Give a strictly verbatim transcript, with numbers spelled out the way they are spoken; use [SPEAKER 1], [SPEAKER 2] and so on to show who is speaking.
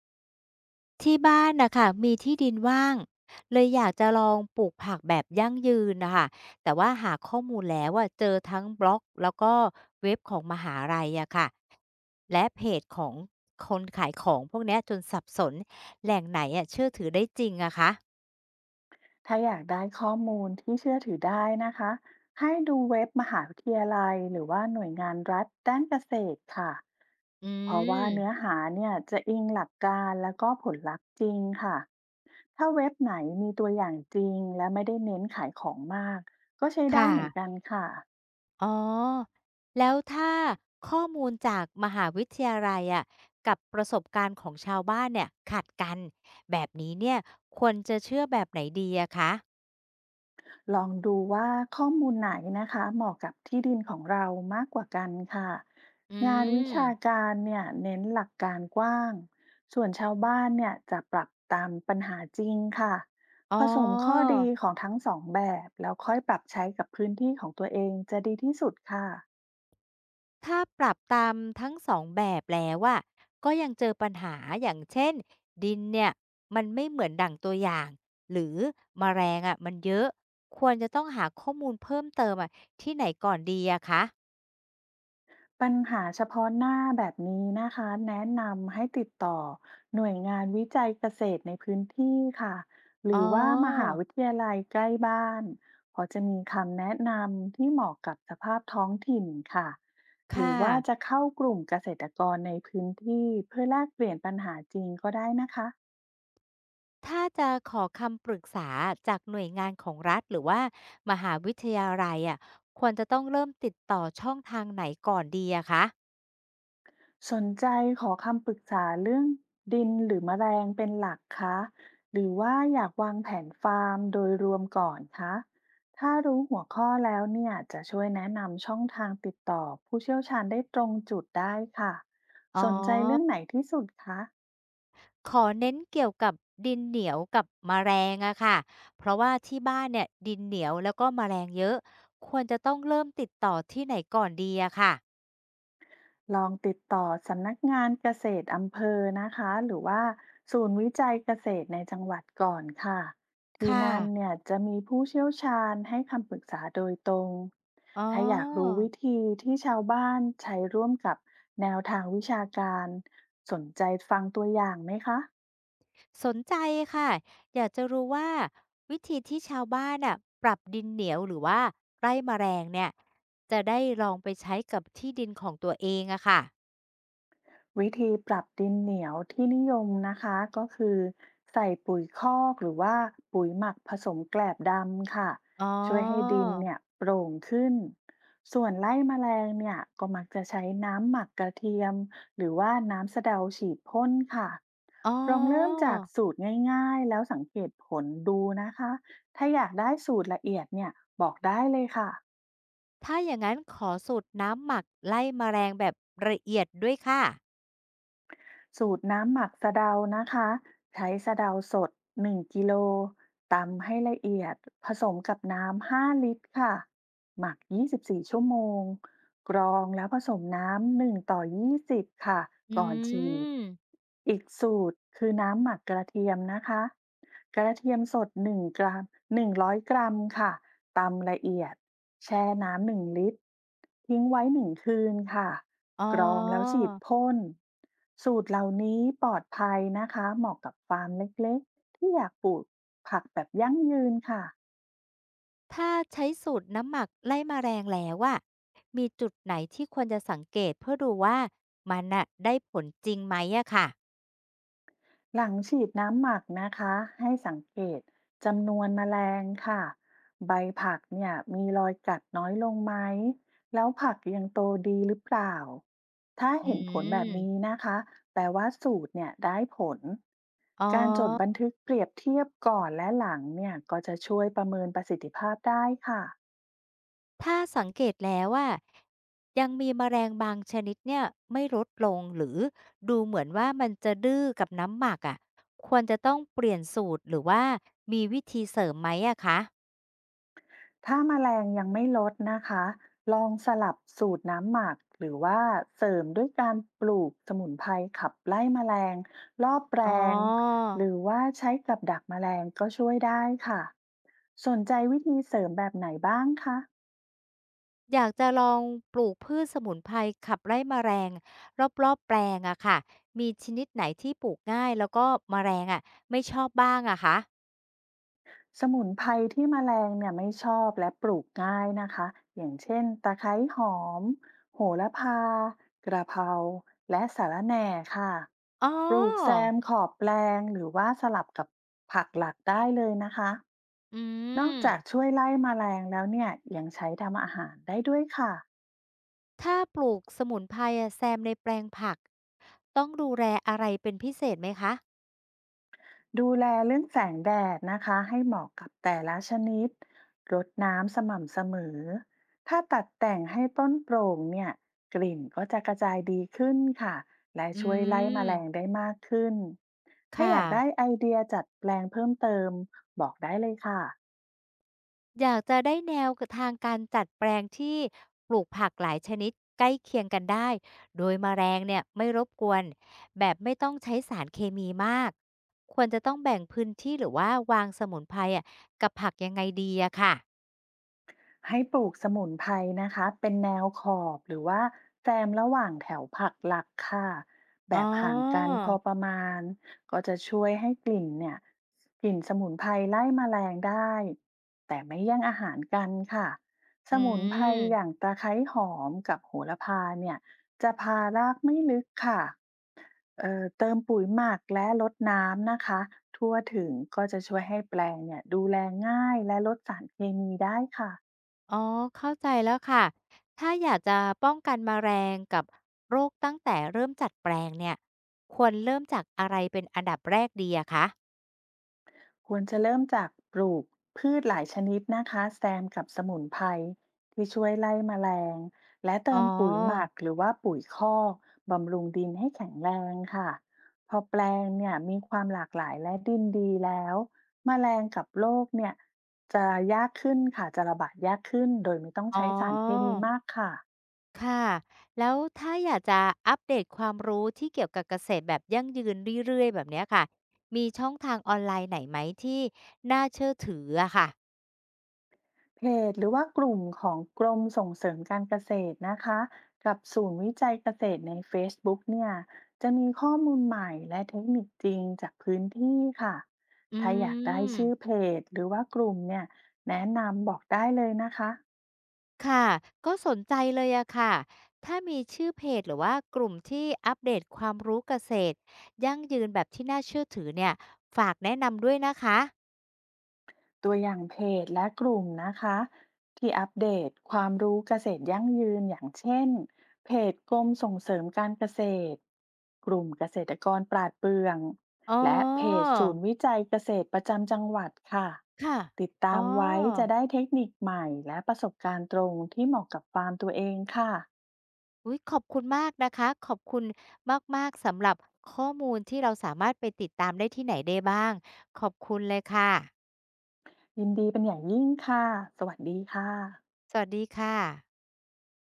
[SPEAKER 1] ที่บ้านนะค่ะมีที่ดินว่างเลยอยากจะลองปลูกผักแบบยั่งยืนนะคะแต่ว่าหาข้อมูลแล้วอะเจอทั้งบล็อกแล้วก็เว็บของมหาลัยอะค่ะและเพจของคนขายของพวกเนี้ยจนสับสนแหล่งไหนอะเชื่อถือได้จริงอะคะ
[SPEAKER 2] ถ้าอยากได้ข้อมูลที่เชื่อถือได้นะคะให้ดูเว็บมหาวิทยาลัยหรือว่าหน่วยงานรัฐด้านเกษตรค่ะ
[SPEAKER 1] อื
[SPEAKER 2] เพราะว่า
[SPEAKER 1] ม
[SPEAKER 2] เนื้อหาเนี่ยจะอิงหลักการแล้วก็ผลลัพธ์จริงค่ะถ้าเว็บไหนมีตัวอย่างจริงและไม่ได้เน้นขายของมากก็ใช้ได้
[SPEAKER 1] ค่ะ
[SPEAKER 2] เหมือนกันค่ะ
[SPEAKER 1] อ๋อแล้วถ้าข้อมูลจากมหาวิทยาลัยอะกับประสบการณ์ของชาวบ้านเนี่ยขัดกันแบบนี้เนี่ยควรจะเชื่อแบบไหนดีอะคะ
[SPEAKER 2] ลองดูว่าข้อมูลไหนนะคะเหมาะกับที่ดินของเรามากกว่ากันค่ะ
[SPEAKER 1] อื
[SPEAKER 2] งานวิ
[SPEAKER 1] ม
[SPEAKER 2] ชาการเนี่ยเน้นหลักการกว้างส่วนชาวบ้านเนี่ยจะปรับตามปัญหาจริงค่ะ
[SPEAKER 1] อ๋อ
[SPEAKER 2] ผสมข้อดีของทั้งสองแบบแล้วค่อยปรับใช้กับพื้นที่ของตัวเองจะดีที่สุดค่ะ
[SPEAKER 1] ถ้าปรับตามทั้งสองแบบแล้วอะก็ยังเจอปัญหาอย่างเช่นดินเนี่ยมันไม่เหมือนดั่งตัวอย่างหรือมแมลงอะมันเยอะควรจะต้องหาข้อมูลเพิ่มเติมอะที่ไหนก่อนดีอะคะ
[SPEAKER 2] ปัญหาเฉพาะหน้าแบบนี้นะคะแนะนำให้ติดต่อหน่วยงานวิจัยเกษตรในพื้นที่ค่ะห
[SPEAKER 1] อ๋
[SPEAKER 2] รือว่ามหา
[SPEAKER 1] อ
[SPEAKER 2] วิทยาลัยใกล้บ้านเพราะจะมีคำแนะนำที่เหมาะกับสภาพท้องถิ่นค่ะหรื
[SPEAKER 1] ค่ะ
[SPEAKER 2] อว่าจะเข้ากลุ่มเกษตรกรในพื้นที่เพื่อแลกเปลี่ยนปัญหาจริงก็ได้นะคะ
[SPEAKER 1] ถ้าจะขอคำปรึกษาจากหน่วยงานของรัฐหรือว่ามหาวิทยาลัยอะควรจะต้องเริ่มติดต่อช่องทางไหนก่อนดีอะคะ
[SPEAKER 2] สนใจขอคำปรึกษาเรื่องดินหรือแมลงเป็นหลักคะหรือว่าอยากวางแผนฟาร์มโดยรวมก่อนคะถ้ารู้หัวข้อแล้วเนี่ยจะช่วยแนะนำช่องทางติดต่อผู้เชี่ยวชาญได้ตรงจุดได้ค่ะ
[SPEAKER 1] อ๋อ
[SPEAKER 2] สนใจเรื่องไหนที่สุดคะ
[SPEAKER 1] ขอเน้นเกี่ยวกับดินเหนียวกับแมลงอะค่ะเพราะว่าที่บ้านเนี่ยดินเหนียวแล้วก็แมลงเยอะควรจะต้องเริ่มติดต่อที่ไหนก่อนดีอะค่ะ
[SPEAKER 2] ลองติดต่อสำนักงานเกษตรอำเภอนะคะหรือว่าศูนย์วิจัยเกษตรในจังหวัดก่อนค่ะที่
[SPEAKER 1] ค่ะ
[SPEAKER 2] นั่นเนี่ยจะมีผู้เชี่ยวชาญให้คำปรึกษาโดยตรง
[SPEAKER 1] อ๋อ
[SPEAKER 2] ถ้าอยากรู้วิธีที่ชาวบ้านใช้ร่วมกับแนวทางวิชาการสนใจฟังตัวอย่างไหมคะ
[SPEAKER 1] สนใจค่ะอยากจะรู้ว่าวิธีที่ชาวบ้านน่ะปรับดินเหนียวหรือว่าไร่แมลงเนี่ยจะได้ลองไปใช้กับที่ดินของตัวเองอะค่ะ
[SPEAKER 2] วิธีปรับดินเหนียวที่นิยมนะคะก็คือใส่ปุ๋ยคอกหรือว่าปุ๋ยหมักผสมแกลบดำค่ะ
[SPEAKER 1] อ๋อ
[SPEAKER 2] ช่วยให้ดินเนี่ยโปร่งขึ้นส่วนไล่แมลงเนี่ยก็มักจะใช้น้ำหมักกระเทียมหรือว่าน้ำสะเดาฉีดพ่นค่ะ
[SPEAKER 1] อ๋อ
[SPEAKER 2] ลองเริ่มจากสูตรง่ายๆแล้วสังเกตผลดูนะคะถ้าอยากได้สูตรละเอียดเนี่ยบอกได้เลยค่ะ
[SPEAKER 1] ถ้าอย่างนั้นขอสูตรน้ำหมักไล่แมลงแบบละเอียดด้วยค่ะ
[SPEAKER 2] สูตรน้ำหมักสะเดานะคะใช้สะเดาสด หนึ่ง กิโลตำให้ละเอียดผสมกับน้ำ ห้า ลิตรค่ะหมัก ยี่สิบสี่ ชั่วโมงกรองแล้วผสมน้ำ หนึ่ง ต่อ ยี่สิบ ค่ะ
[SPEAKER 1] อื
[SPEAKER 2] ก่อนฉีด
[SPEAKER 1] ม
[SPEAKER 2] อีกสูตรคือน้ำหมักกระเทียมนะคะกระเทียมสดหนึ่งกรัมหนึ่งร้อย กรัมค่ะตำละเอียดแช่น้ำ หนึ่ง ลิตรทิ้งไว้ หนึ่ง คืนค่ะ
[SPEAKER 1] อ๋อ
[SPEAKER 2] กรองแล้วฉีดพ่นสูตรเหล่านี้ปลอดภัยนะคะเหมาะกับฟาร์มเล็กๆที่อยากปลูกผักแบบยั่งยืนค่ะ
[SPEAKER 1] ถ้าใช้สูตรน้ำหมักไล่แมลงแล้วอะมีจุดไหนที่ควรจะสังเกตเพื่อดูว่ามันน่ะได้ผลจริงไหมอะค่ะ
[SPEAKER 2] หลังฉีดน้ำหมักนะคะให้สังเกตจำนวนแมลงค่ะใบผักเนี่ยมีรอยกัดน้อยลงไหมแล้วผักยังโตดีหรือเปล่าถ้า
[SPEAKER 1] อื
[SPEAKER 2] เห็นผลแบบนี้
[SPEAKER 1] ม
[SPEAKER 2] นะคะแปลว่าสูตรเนี่ยได้ผล
[SPEAKER 1] อ๋อ
[SPEAKER 2] การจดบันทึกเปรียบเทียบก่อนและหลังเนี่ยก็จะช่วยประเมินประสิทธิภาพได้ค่ะ
[SPEAKER 1] ถ้าสังเกตแล้วว่ายังมีแมลงบางชนิดเนี่ยไม่ลดลงหรือดูเหมือนว่ามันจะดื้อกับน้ำหมักอะควรจะต้องเปลี่ยนสูตรหรือว่ามีวิธีเสริมไหมอะคะ
[SPEAKER 2] ถ้าแมลงยังไม่ลดนะคะ ลองสลับสูตรน้ำหมักหรือว่าเสริมด้วยการปลูกสมุนไพรขับไล่แมลงรอบแปล
[SPEAKER 1] อ๋อ
[SPEAKER 2] งหรือว่าใช้กับดักแมลงก็ช่วยได้ค่ะ สนใจวิธีเสริมแบบไหนบ้างคะ
[SPEAKER 1] อยากจะลองปลูกพืชสมุนไพรขับไล่แมลงรอบๆแปลงอะค่ะมีชนิดไหนที่ปลูกง่ายแล้วก็แมลงอะไม่ชอบบ้างอะคะ
[SPEAKER 2] สมุนไพรที่แมลงเนี่ยไม่ชอบและปลูกง่ายนะคะอย่างเช่นตะไคร้หอมโหระพากระเพราและสะระแหน่ค่ะ
[SPEAKER 1] อ๋อ
[SPEAKER 2] ปลูกแซมขอบแปลงหรือว่าสลับกับผักหลักได้เลยนะคะ
[SPEAKER 1] อื
[SPEAKER 2] นอกจาก
[SPEAKER 1] ม
[SPEAKER 2] ช่วยไล่แมลงแล้วเนี่ยยังใช้ทำอาหารได้ด้วยค่ะ
[SPEAKER 1] ถ้าปลูกสมุนไพรอะแซมในแปลงผักต้องดูแลอะไรเป็นพิเศษไหมคะ
[SPEAKER 2] ดูแลเรื่องแสงแดดนะคะให้เหมาะกับแต่ละชนิดรดน้ำสม่ำเสมอถ้าตัดแต่งให้ต้นโปร่งเนี่ยกลิ่นก็จะกระจายดีขึ้นค่ะและ
[SPEAKER 1] อื
[SPEAKER 2] ช่วยไล่แมลง
[SPEAKER 1] ม
[SPEAKER 2] ได้มากขึ้นถ้าอ
[SPEAKER 1] ค่ะ
[SPEAKER 2] ยากได้ไอเดียจัดแปลงเพิ่มเติมบอกได้เลยค่ะ
[SPEAKER 1] อยากจะได้แนวกทางการจัดแปลงที่ปลูกผักหลายชนิดใกล้เคียงกันได้ โดยแมลงเนี่ยไม่รบกวน แบบไม่ต้องใช้สารเคมีมาก ควรจะต้องแบ่งพื้นที่หรือว่าวางสมุนไพรอะกับผักยังไงดีอะค่ะ
[SPEAKER 2] ให้ปลูกสมุนไพรนะคะเป็นแนวขอบหรือว่าแซมระหว่างแถวผักหลักค่ะแบ
[SPEAKER 1] อ๋อ
[SPEAKER 2] บห่างกันพอประมาณก็จะช่วยให้กลิ่นเนี่ยกลิ่นสมุนไพรไล่แมลงได้แต่ไม่แย่งอาหารกันค่ะส
[SPEAKER 1] อื
[SPEAKER 2] มุนไพรอย่าง
[SPEAKER 1] ม
[SPEAKER 2] ตะไคร้หอมกับโหระพาเนี่ยจะพารากไม่ลึกค่ะเอ่อเติมปุ๋ยหมักและรดน้ำนะคะทั่วถึงก็จะช่วยให้แปลงเนี่ยดูแลง่ายและลดสารเคมีได้ค่ะ
[SPEAKER 1] อ๋อเข้าใจแล้วค่ะถ้าอยากจะป้องกันแมลงกับโรคตั้งแต่เริ่มจัดแปลงเนี่ยควรเริ่มจากอะไรเป็นอันดับแรกดีอะคะ
[SPEAKER 2] ควรจะเริ่มจากปลูกพืชหลายชนิดนะคะแซมกับสมุนไพรที่ช่วยไล่แมลงและ
[SPEAKER 1] อ๋
[SPEAKER 2] เติมปุ๋ยหมัก
[SPEAKER 1] อ
[SPEAKER 2] หรือว่าปุ๋ยคอกบำรุงดินให้แข็งแรงค่ะ พอแปลงเนี่ยมีความหลากหลายและดินดีแล้วแมลงกับโรคเนี่ยจะยากขึ้นค่ะจะระบาดยากขึ้นโดยไม่ต้อง
[SPEAKER 1] อ๋อ
[SPEAKER 2] ใช้สารเคมีมากค่ะ
[SPEAKER 1] ค่ะแล้วถ้าอยากจะอัปเดตความรู้ที่เกี่ยวกับเกษตรแบบยั่งยืนเรื่อยๆแบบเนี้ยค่ะมีช่องทางออนไลน์ไหนไหมที่น่าเชื่อถืออะค่ะ
[SPEAKER 2] เพจหรือว่ากลุ่มของกรมส่งเสริมการเกษตรนะคะกับศูนย์วิจัยเกษตรใน เฟซบุ๊ก เนี่ยจะมีข้อมูลใหม่และเทคนิคจริงจากพื้นที่ค่ะ
[SPEAKER 1] อื
[SPEAKER 2] ถ้าอยากได้ชื่อ
[SPEAKER 1] ม
[SPEAKER 2] เพจหรือว่ากลุ่มเนี่ยแนะนำบอกได้เลยนะคะ
[SPEAKER 1] ค่ะก็สนใจเลยอะค่ะถ้ามีชื่อเพจหรือว่ากลุ่มที่อัปเดตความรู้เกษตรยั่งยืนแบบที่น่าเชื่อถือเนี่ยฝากแนะนำด้วยนะคะ
[SPEAKER 2] ตัวอย่างเพจและกลุ่มนะคะที่อัปเดตความรู้เกษตรยั่งยืนอย่างเช่นเพจกรมส่งเสริมการเกษตรกลุ่มเกษตรกรปราดเปรื่อง
[SPEAKER 1] อ๋อ
[SPEAKER 2] และเพจศูนย์วิจัยเกษตรประจำจังหวัดค่ะ
[SPEAKER 1] ค่ะ
[SPEAKER 2] ติด
[SPEAKER 1] อ๋อ
[SPEAKER 2] ตามไว้จะได้เทคนิคใหม่และประสบการณ์ตรงที่เหมาะกับฟาร์มตัวเองค่ะ
[SPEAKER 1] อุ๊ยขอบคุณมากนะคะขอบคุณมากๆสำหรับข้อมูลที่เราสามารถไปติดตามได้ที่ไหนได้บ้างขอบคุณเลยค่ะ
[SPEAKER 2] ยินดีเป็นอย่างยิ่งค่ะสวัสดีค่ะ
[SPEAKER 1] สวัสดีค่ะ